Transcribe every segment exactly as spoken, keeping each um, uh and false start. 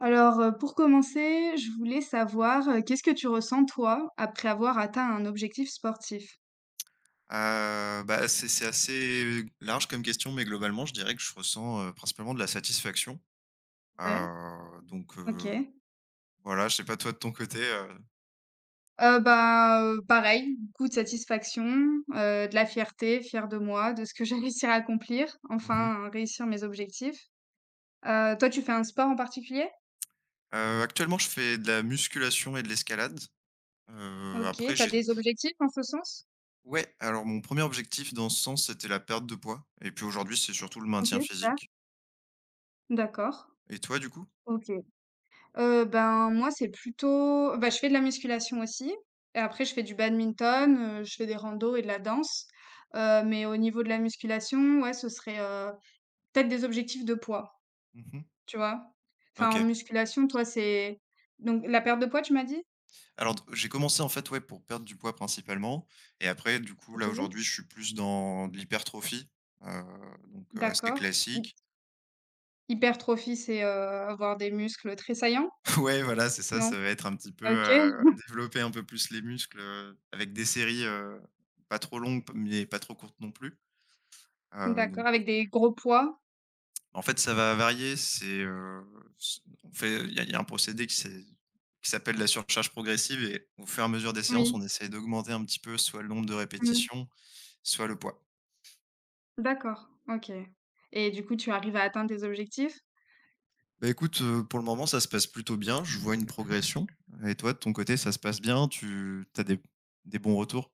Alors, heu, pour commencer, je voulais savoir, heu, qu'est-ce que tu ressens toi, après avoir atteint un objectif sportif? Heu, bah, c'est c'est assez large comme question, mais globalement, je dirais que je ressens, heu, principalement de la satisfaction. Ouais. Heu, donc, heu, OK. voilà, je sais pas toi de ton côté, heu? Heu, bah, heu, pareil, beaucoup de satisfaction, heu, de la fierté, fière de moi, de ce que j'ai réussi à accomplir, Mmh mh. enfin, à réussir mes objectifs. Heu, toi, tu fais un sport en particulier? Actuellement, je fais de la musculation et de l'escalade. Heu, OK, après T'as j'ai des tou objectifs en ce sens? Ouais, alors mon premier objectif dans ce sens, c'était la perte de poids et puis aujourd'hui, c'est surtout le OK, maintien super. physique. D'accord. Et toi, du coup? OK. Heu, ben, moi, c'est plutôt bah, je fais de la musculation aussi, et après je fais du badminton, heu, je fais des randos et de la danse, heu, mais au niveau de la musculation, ouais, ce serait, heu, peut-être des objectifs de poids, Mmh. tu vois? Enfin, en OK. musculation, toi, c'est donc la perte de poids, tu m'as dit? Alors d j'ai commencé en fait, ouais, pour perdre du poids principalement et après du coup, là, OK, aujourd'hui, je suis plus dans de l'hypertrophie, heu, donc, heu, assez d'accord. Hy classique. Hypertrophie, c'est, heu, avoir des muscles très saillants? Ouais, voilà, c'est ça, Non? ça va être un petit peu, OK, heu, développer un peu plus les muscles, heu, avec des séries, heu, pas trop longues mais pas trop courtes non plus, heu, donc d'accord, avec des gros poids? en fait, ça va varier, c'est, heu, s on fait il y a il y a un procédé qui s'est qui s'appelle la surcharge progressive et au fur et à mesure des séances, Oui. on essaie d'augmenter un petit peu soit le nombre de Mmh. répétitions, soit le poids. D'accord, OK, et du coup, tu arrives à atteindre tes objectifs? Bah, écoute, heu, pour le moment, ça se passe plutôt bien. Je vois une progression. Et toi, de ton côté, ça se passe bien? Tu as des des bons retours?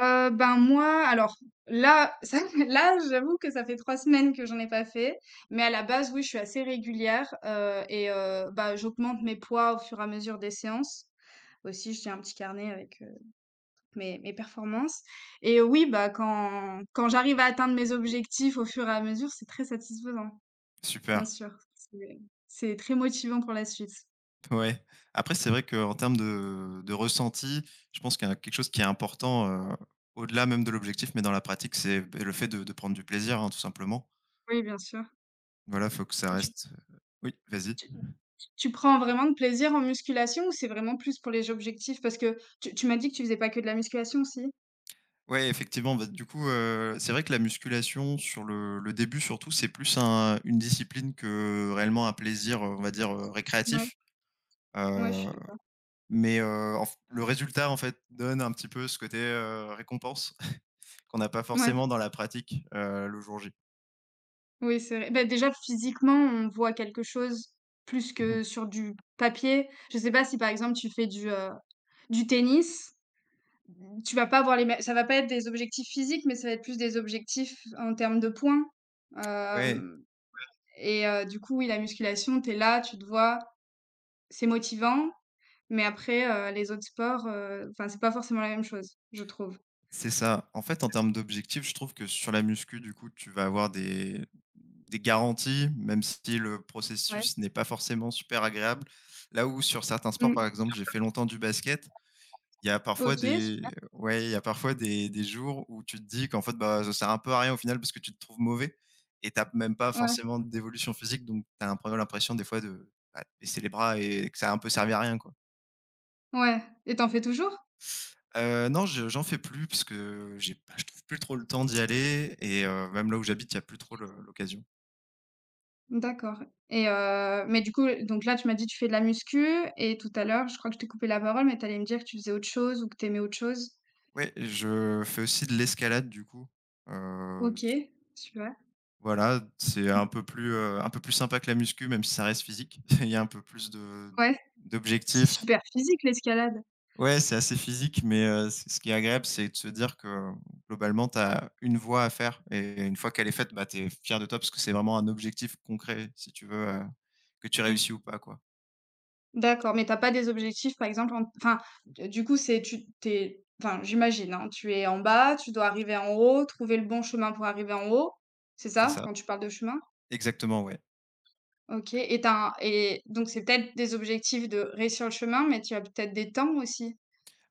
Heu, ben, moi, alors là, ça là, j'avoue que ça fait trois semaines que j'en ai pas fait, mais à la base, oui, je suis assez régulière, heu et heu, bah, j'augmente mes poids au fur et à mesure des séances. Aussi, je tiens un petit carnet avec, heu, mes mes performances, et oui, bah, quand quand j'arrive à atteindre mes objectifs au fur et à mesure, c'est très satisfaisant, bien Super, sûr. C'est c'est très motivant pour la suite. ouais. Après, c'est vrai qu'en termes de de ressenti, je pense qu'il y a quelque chose qui est important, heu, au-delà même de l'objectif, mais dans la pratique, c'est beh, le fait de de prendre du plaisir, hein, tout simplement. Oui, bien sûr. Voilà, faut que ça reste. Euh, oui, vas-y. Tu prends vraiment de plaisir en musculation ou c'est vraiment plus pour les objectifs? Parce que tu tu m'as dit que tu faisais pas que de la musculation aussi? Ouais, effectivement, bah, du coup, heu, c'est vrai que la musculation sur le le début surtout, c'est plus un une discipline que réellement un plaisir, on va dire, heu, Ouais, récréatif. ouais, je heu suis d'accord. Mais, heu, en f le résultat, en fait, donne un petit peu ce côté, heu, récompense qu'on n'a pas ouais, forcément dans la pratique, heu, le jour J. oui, c'est vrai. Bah, déjà physiquement, on voit quelque chose, plus Mmh. que sur du papier. Je sais pas si par exemple tu fais du, heu, du tennis, tu vas pas avoir les mêmes, ça va pas être des objectifs physiques, mais ça va être plus des objectifs en termes de points. Ouais, Hem et heu, du coup, oui, la musculation, t'es là, tu te vois, c'est motivant. Mais après, heu, les autres sports, heu, enfin, c'est pas forcément la même chose, je trouve. c'est ça. En fait, en termes d'objectifs, je trouve que sur la muscu, du coup, tu vas avoir des des garanties, même si le Ouais. processus n'est pas forcément super agréable. Là où sur certains sports, Mmh. par exemple, j'ai fait longtemps du basket. Il y a parfois OK, des ouais, il y a parfois des des jours où tu te dis qu'en fait, bah, ça sert un peu à rien au final parce que tu te trouves mauvais et t'as même pas ouais, forcément d'évolution physique, donc t'as un peu l'impression des fois de, bah, de baisser les bras et que ça a un peu servi à rien, quoi. ouais, et t'en fais toujours? Heu, non, je j'en fais plus parce que j'ai pas je trouve plus trop le temps d'y aller et heu, même là où j'habite, il y a plus trop le l'occasion. D'accord. Et heu, mais du coup, donc là, tu m'as dit tu fais de la muscu, et tout à l'heure, je crois que je t'ai coupé la parole, mais t'allais me dire que tu faisais autre chose ou que t'aimais autre chose? Ouais, je fais aussi de l'escalade du coup. heu, OK, super. voilà, c'est un peu plus, heu, un peu plus sympa que la muscu, même si ça reste physique. Il y a un peu plus de Ouais, c'est d'objectifs. super physique, l'escalade. Ouais, c'est assez physique, mais heu, c ce qui est agréable, c'est de se dire que, globalement, tu as une voie à faire et une fois qu'elle est faite, bah, tu es fier de toi parce que c'est vraiment un objectif concret, si tu veux, heu, que tu OK. réussis ou pas, quoi. D'accord, mais t'as pas des objectifs, par exemple, en enfin, d du coup, c'est tu t'es, enfin, j'imagine, hein, tu es en bas, tu dois arriver en haut, trouver le bon chemin pour arriver en haut, c'est C'est ça, ça. quand tu parles de chemin? Exactement, ouais. OK, et tu un et donc c'est peut-être des objectifs de réussir le chemin, mais tu as peut-être des temps aussi?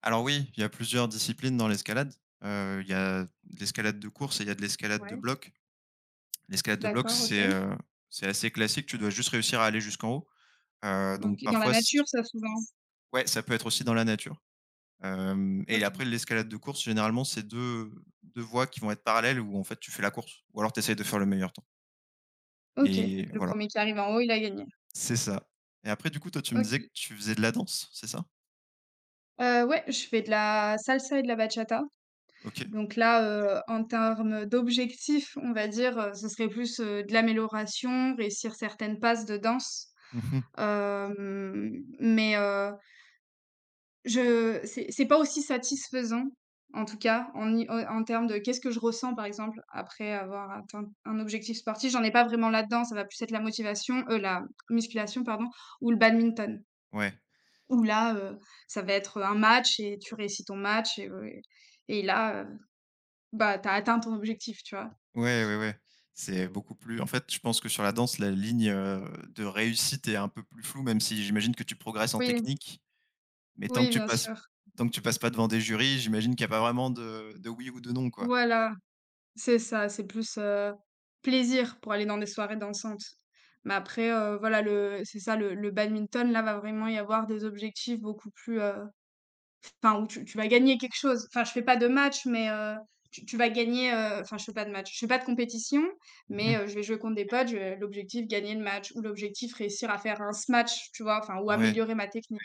Alors oui, il y a plusieurs disciplines dans l'escalade. Heu, il y a de l'escalade de course et il y a de l'escalade de Ouais, bloc. L'escalade de bloc, d'accord, OK, c'est, heu, c'est assez classique, tu dois juste réussir à aller jusqu'en haut. Heu, donc OK. Dans la parfois c nature, ça, souvent? Ouais, ça peut être aussi dans la nature. Hem Et OK, après l'escalade de course, généralement, c'est deux 2 voies qui vont être parallèles où en fait tu fais la course ou alors tu essayes de faire le meilleur temps. OK. Et Le voilà, premier qui arrive en haut, il a gagné. c'est ça. Et après du coup, toi, tu me OK. disais que tu faisais de la danse, c'est ça? Heu, ouais, je fais de la salsa et de la bachata. OK. Donc là, heu, en termes d'objectifs, on va dire, heu, ce serait plus, heu, de l'amélioration, réussir certaines passes de danse. Mmh. Hem, mais, heu, je c'est c'est pas aussi satisfaisant, en tout cas, en ni en en termes de qu'est-ce que je ressens, par exemple, après avoir atteint un objectif sportif? J'en ai pas vraiment là-dedans, ça va plus être la motivation, heu, la musculation, pardon, ou le badminton. Ouais. Où là, heu, ça va être un match et tu réussis ton match, et heu, et là, heu, bah, tu as atteint ton objectif, tu vois? Ouais, ouais, ouais. C'est beaucoup plus en fait, je pense que sur la danse, la ligne, heu, de réussite est un peu plus floue, même si j'imagine que tu progresses en Oui. technique, mais tant que Oui, tu bien passes sûr. tant que tu passes pas devant des jurys, j'imagine qu'il y a pas vraiment de de oui ou de non, quoi. Voilà, c'est ça, c'est plus, heu, plaisir pour aller dans des soirées dansantes. Mais après, heu, voilà, le c'est ça, le le badminton, là, va vraiment y avoir des objectifs beaucoup plus, heu, enfin, où tu tu vas gagner quelque chose. Enfin, je fais pas de match, mais heu, tu tu vas gagner, heu, enfin, je fais pas de match, je fais pas de compétition, mais Mmh. heu, je vais jouer contre des potes, je vais- l'objectif gagner le match, ou l'objectif réussir à faire un smash, tu vois? Enfin, ou Ouais, améliorer ma technique.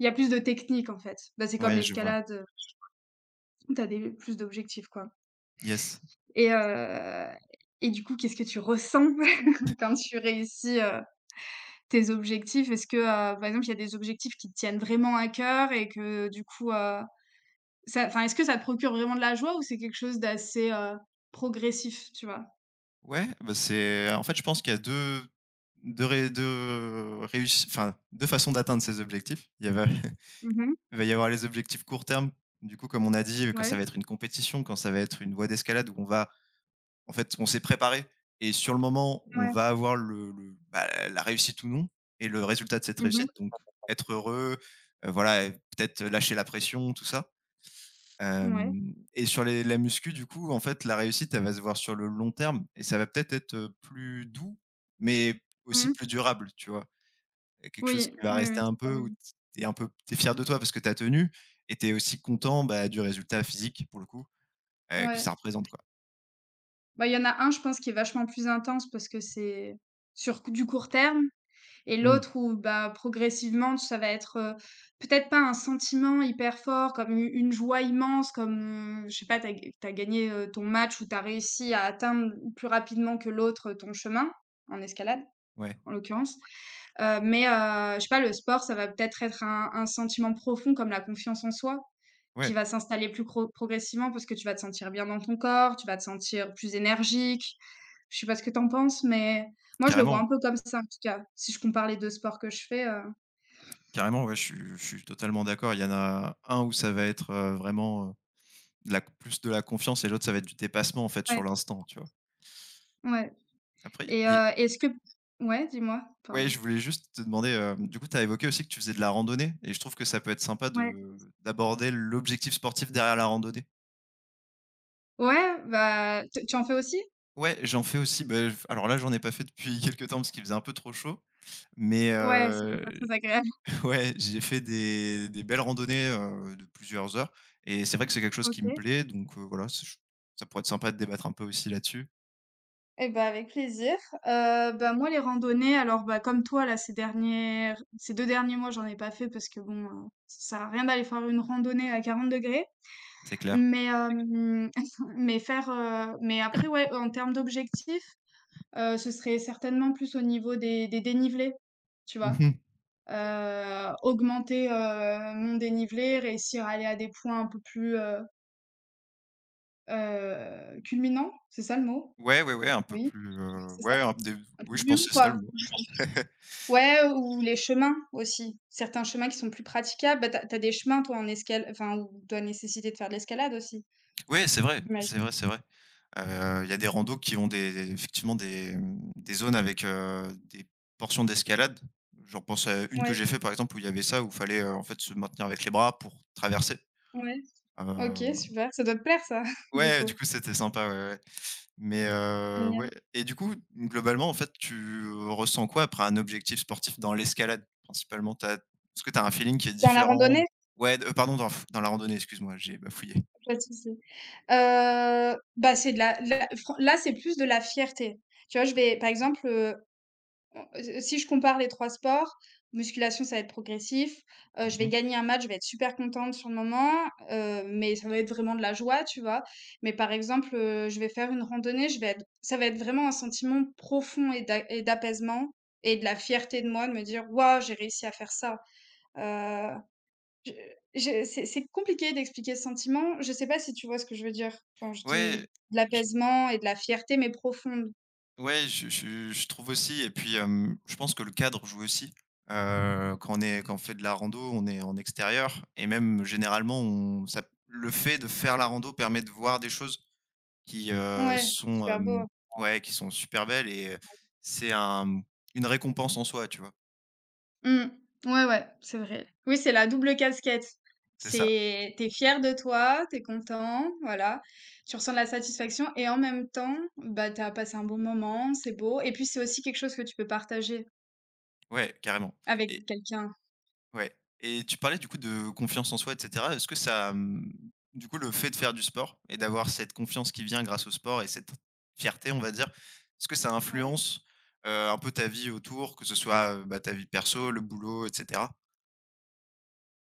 Il y a plus de technique, en fait. Bah, c'est comme ouais, je vois. l'escalade. T'as des plus d'objectifs, quoi. Yes. Et heu et du coup, qu'est-ce que tu ressens quand tu réussis, heu, tes objectifs? Est-ce que, heu, par exemple, il y a des objectifs qui te tiennent vraiment à cœur et que du coup, heu, ça enfin, est-ce que ça te procure vraiment de la joie, ou c'est quelque chose d'assez, heu, progressif, tu vois? Ouais, bah, c'est en fait, je pense qu'il y a deux deux ré 2 réussi enfin, deux façons d'atteindre ces objectifs. Il y avait Mmh mh. Il va y avoir les objectifs court terme, du coup, comme on a dit, quand ça Ouais, va être une compétition, quand ça va être une voie d'escalade où on va en fait, on s'est préparé et sur le moment, on ouais. va avoir le le, bah, la réussite ou non et le résultat de cette Mmh. réussite, donc être heureux, heu, voilà et peut-être lâcher la pression, tout ça. Ouais. Hem Et sur les la muscu, du coup, en fait, la réussite, elle va se voir sur le long terme et ça va peut-être être, heu, plus doux, mais aussi plus Mmh. durable, tu vois? Heu, quelque chose Oui, qui va oui, rester oui, un peu où totalement. t un peu t'es fier de toi parce que t'as tenu et t'es aussi content, bah, du résultat physique, pour le coup, heu, que ça Ouais. représente, quoi. Bah, il y en a un, je pense, qui est vachement plus intense parce que c'est sur cou- du court terme. Et Mmh, l'autre où bah, progressivement, ça va être, heu, peut-être pas un sentiment hyper fort comme u une joie immense, comme, heu, je sais pas, t'as g tu gagné, heu, ton match, ou t'as réussi à atteindre plus rapidement que l'autre euh, ton chemin, en escalade ouais, en l'occurrence. Heu, mais, heu, je sais pas, le sport, ça va peut-être être un un sentiment profond comme la confiance en soi. Qui ouais, va s'installer plus cro progressivement parce que tu vas te sentir bien dans ton corps, tu vas te sentir plus énergique. Je sais pas ce que t'en penses, mais moi, je le vois un carrément, peu comme ça, en tout cas, si je compare les deux sports que je fais, heu, carrément, ouais, je suis je suis totalement d'accord. Il y en a un où ça va être, heu, vraiment, heu, de la plus de la confiance et l'autre, ça va être du dépassement, en fait, ouais, sur l'instant, tu vois? ouais. Après, Et il heu, est-ce que, ouais, dis-moi? Ouais, je Pardon. voulais juste te demander, heu, du coup, tu as évoqué aussi que tu faisais de la randonnée et je trouve que ça peut être sympa Ouais. de d'aborder l'objectif sportif derrière la randonnée. Ouais, bah, tu tu en fais aussi? Ouais, j'en fais aussi, bah, f alors là, j'en ai pas fait depuis quelque temps parce qu'il faisait un peu trop chaud, mais Ouais, c'était heu, pas très agréable. ouais, j'ai fait des des belles randonnées, heu, de plusieurs heures et c'est vrai que c'est quelque chose qui me OK, plaît donc heu, voilà, c'est ch ça pourrait être sympa de débattre un peu aussi là-dessus. et ben avec plaisir. Heu, bah, moi, les randonnées, alors, bah, comme toi, là, ces dernières ces deux derniers mois, j'en ai pas fait parce que bon, heu, ça sert à rien d'aller faire une randonnée à quarante degrés. C'est clair. Mais hem, mais faire, heu, mais après, ouais, en termes d'objectifs, heu, ce serait certainement plus au niveau des des dénivelés, tu vois? Mmh. Heu, augmenter, heu, mon dénivelé, réussir à aller à des points un peu plus, heu heu, culminants, c'est ça le mot? Ouais, ouais, ouais, un peu Oui, plus, oui, heu, c'est ça. ouais, un des Un peu oui, je plus pense haut, que c'est ça quoi. le mot. Ouais, ou les chemins aussi. Certains chemins qui sont plus praticables. Bah, tu as tu as des chemins toi en escale enfin, où doit nécessiter de faire de l'escalade aussi, Ouais, c'est vrai, c'est j'imagine? vrai, c'est vrai. Heu, il y a des randos qui ont des des- effectivement des, mmh, des zones avec, heu, des portions d'escalade. J'en pense à une que Ouais, j'ai fait par exemple où il y avait ça, où il fallait, heu, en fait se maintenir avec les bras pour traverser. ouais. Heu, OK, super, ça doit te plaire, ça, du ouais, coup? du coup c'était sympa, ouais, ouais. Mais, heu, ouais Génial. et du coup, globalement en fait tu ressens quoi après un objectif sportif dans l'escalade principalement? T'as as Est-ce que tu as un feeling qui est Dans la différent? randonnée? Ouais, heu, pardon dans dans la randonnée, excuse-moi, j'ai bafouillé. Pas de souci. Heu, bah, c'est de la de la fran là, c'est plus de la fierté. Tu vois, je vais par exemple, heu, on si si je compare les trois sports, musculation, ça va être progressif, heu, je vais Mmh. gagner un match, je vais être super contente sur le moment, heu, mais ça va être vraiment de la joie, tu vois? Mais par exemple, heu, je vais faire une randonnée, je vais être ça va être vraiment un sentiment profond et d'a et d'apaisement, et de la fierté de moi de me dire: «Waouh, j'ai réussi à faire ça». Heu Je je c'est c'est compliqué d'expliquer ce sentiment. Je sais pas si tu vois ce que je veux dire quand je dis Ouais. de l'apaisement et de la fierté, mais profonde. Ouais, je je je trouve aussi et puis, hem, je pense que le cadre joue aussi. Heu, quand on est quand on fait de la rando, on est en extérieur et même généralement on ça le fait de faire la rando permet de voir des choses qui, heu, Ouais, c'est sont, super beau. hem, ouais, qui sont super belles et heu, c'est un une récompense en soi, tu vois? Mmh. Ouais, ouais, c'est vrai. Oui, c'est la double casquette. C'est ça. C'est t'es fier de toi, t'es content, voilà. Tu ressens de la satisfaction et en même temps, bah, t'as passé un bon moment, c'est beau, et puis c'est aussi quelque chose que tu peux partager Ouais, carrément. avec quelqu'un. Ouais et tu parlais du coup de confiance en soi et cetera. Est-ce que ça, mmh, du coup, le fait de faire du sport et d'avoir cette confiance qui vient grâce au sport et cette fierté, on va dire, est-ce que ça Ouais. influence, heu, un peu ta vie autour, que ce soit, heu, bah, ta vie perso, le boulot et cetera?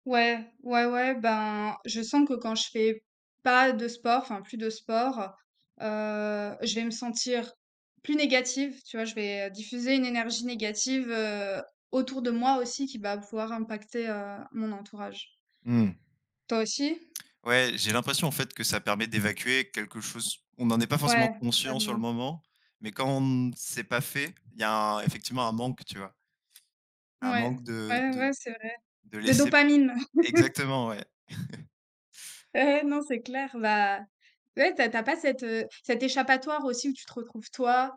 Ouais, ouais, ouais, ben, je sens que quand je fais pas de sport, enfin plus de sport, heu, je vais me sentir plus négative, tu vois? Je vais, heu, diffuser une énergie négative, heu, autour de moi aussi, qui va pouvoir impacter, heu, mon entourage. Mmh. Toi aussi? Ouais, j'ai l'impression en fait que ça permet d'évacuer quelque chose on n'en est pas forcément Ouais, conscient sur le totalement. moment, mais quand on c'est pas fait, il y a un effectivement un manque, tu vois? Un Ouais, manque de ouais, de ouais, c'est vrai. de De laisser dopamine. exactement, ouais. Ouais, ouais, non, c'est clair. Bah, ouais, t'as as pas cette, heu, cet échappatoire aussi où tu te retrouves toi,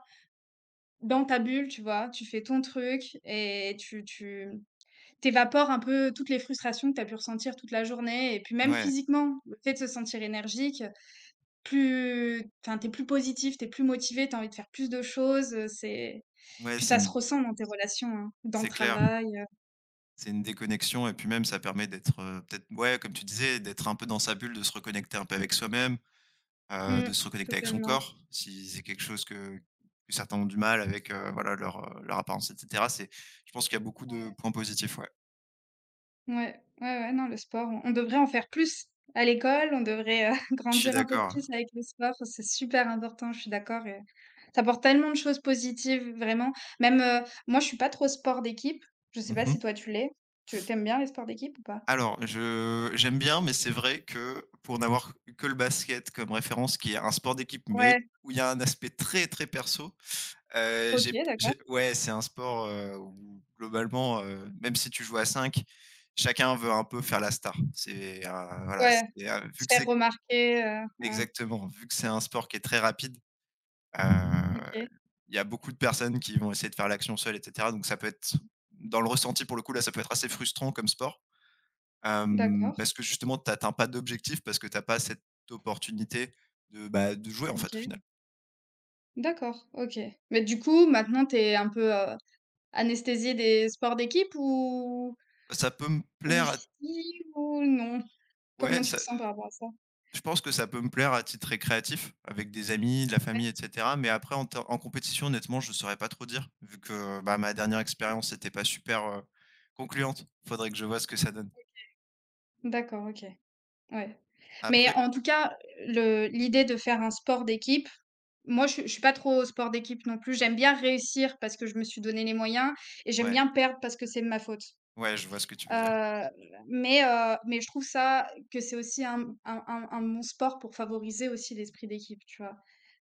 dans ta bulle, tu vois? Tu fais ton truc et tu tu Tu évapores un peu toutes les frustrations que tu as pu ressentir toute la journée, et puis même Ouais, physiquement, le fait de se sentir énergique, plus enfin, tu es plus positif, tu es plus motivé, tu as envie de faire plus de choses, heu, c'est ouais, puis c'est ça se une ressent dans tes relations, hein, dans le c'est clair. travail, heu, C'est une déconnexion et puis même ça permet d'être, heu, peut-être ouais, comme tu disais, d'être un peu dans sa bulle, de se reconnecter un peu avec soi-même, heu, mmh, de se reconnecter avec son totalement, corps. Si c'est quelque chose que que certains ont du mal avec, heu, voilà leur, heu, leur apparence et cetera, c'est je pense qu'il y a beaucoup de ouais. points positifs, ouais. Ouais, ouais, ouais, non, le sport, on on devrait en faire plus à l'école, on devrait, heu, Je suis grandir un peu d'accord. plus avec le sport, c'est super important, je suis d'accord, et ça apporte tellement de choses positives, vraiment. Même, heu, moi, je suis pas trop sport d'équipe, je sais pas Mmh. si toi tu l'es? Tu tu aimes bien les sports d'équipe ou pas? Alors je j'aime bien, mais c'est vrai que pour n'avoir que le basket comme référence qui est un sport d'équipe, Ouais, mais où il y a un aspect très, très perso. Heu, OK, j'ai d'accord. j'ai Ouais, c'est un sport, heu, où globalement, heu, même si tu joues à cinq, chacun veut un peu faire la star. C'est un voilà, Ouais, c'est un vu se que faire c'est remarquer, heu, mmh, Exactement, vu que c'est un sport qui est très rapide, heu, OK, il y a beaucoup de personnes qui vont essayer de faire l'action seule, et cetera, donc ça peut être dans le ressenti pour le coup, là, ça peut être assez frustrant comme sport, hem, d'accord, parce que justement tu atteins pas d'objectif, parce que tu as pas cette opportunité de, bah, de jouer en fait, au OK, final. d'accord, OK. Mais du coup, maintenant, t'es un peu, heu, anesthésiée des sports d'équipe? Ou Ça peut me ou plaire à si? Ou non? ouais, Comment tu te sens par rapport à ça? Je pense que ça peut me plaire à titre récréatif, avec des amis, de la famille, et cetera. Mais après en ter en compétition, honnêtement, je ne saurais pas trop dire, vu que, bah, ma dernière expérience était pas super, heu, concluante. Faudrait que je vois ce que ça donne. D'accord, OK, ouais. Mais Après en tout cas, le l'idée de faire un sport d'équipe, moi, je suis je suis pas trop au sport d'équipe non plus. J'aime bien réussir parce que je me suis donné les moyens, et j'aime Ouais, bien perdre parce que c'est de ma faute. ouais, je vois ce que tu veux dire. Heu, mais heu, mais je trouve ça que c'est aussi un un un un bon sport pour favoriser aussi l'esprit d'équipe, tu vois?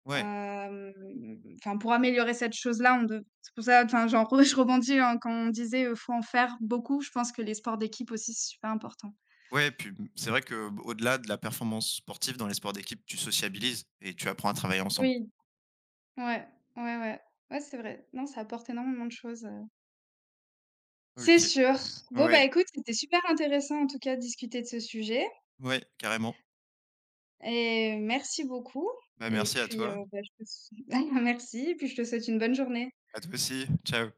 Ouais, Hem, enfin, pour améliorer cette chose-là, on dev c'est pour ça, enfin, genre je rebondis, hein, quand on disait, heu, faut en faire beaucoup, je pense que les sports d'équipe aussi, c'est super important. ouais, puis, mmh, c'est vrai que, b au-delà de la performance sportive, dans les sports d'équipe, tu sociabilises et tu apprends à travailler ensemble. Oui. Ouais, ouais, ouais. Ouais, c'est vrai. Non, ça apporte énormément de choses, heu, c'est OK. sûr. Bon, Ouais, bah, écoute, c'était super intéressant, en tout cas, de discuter de ce sujet, ouais, carrément. et merci beaucoup, Bah, et merci à puis, heu, toi. bah, je te s merci, et puis je te souhaite une bonne journée. À toi aussi. Ciao.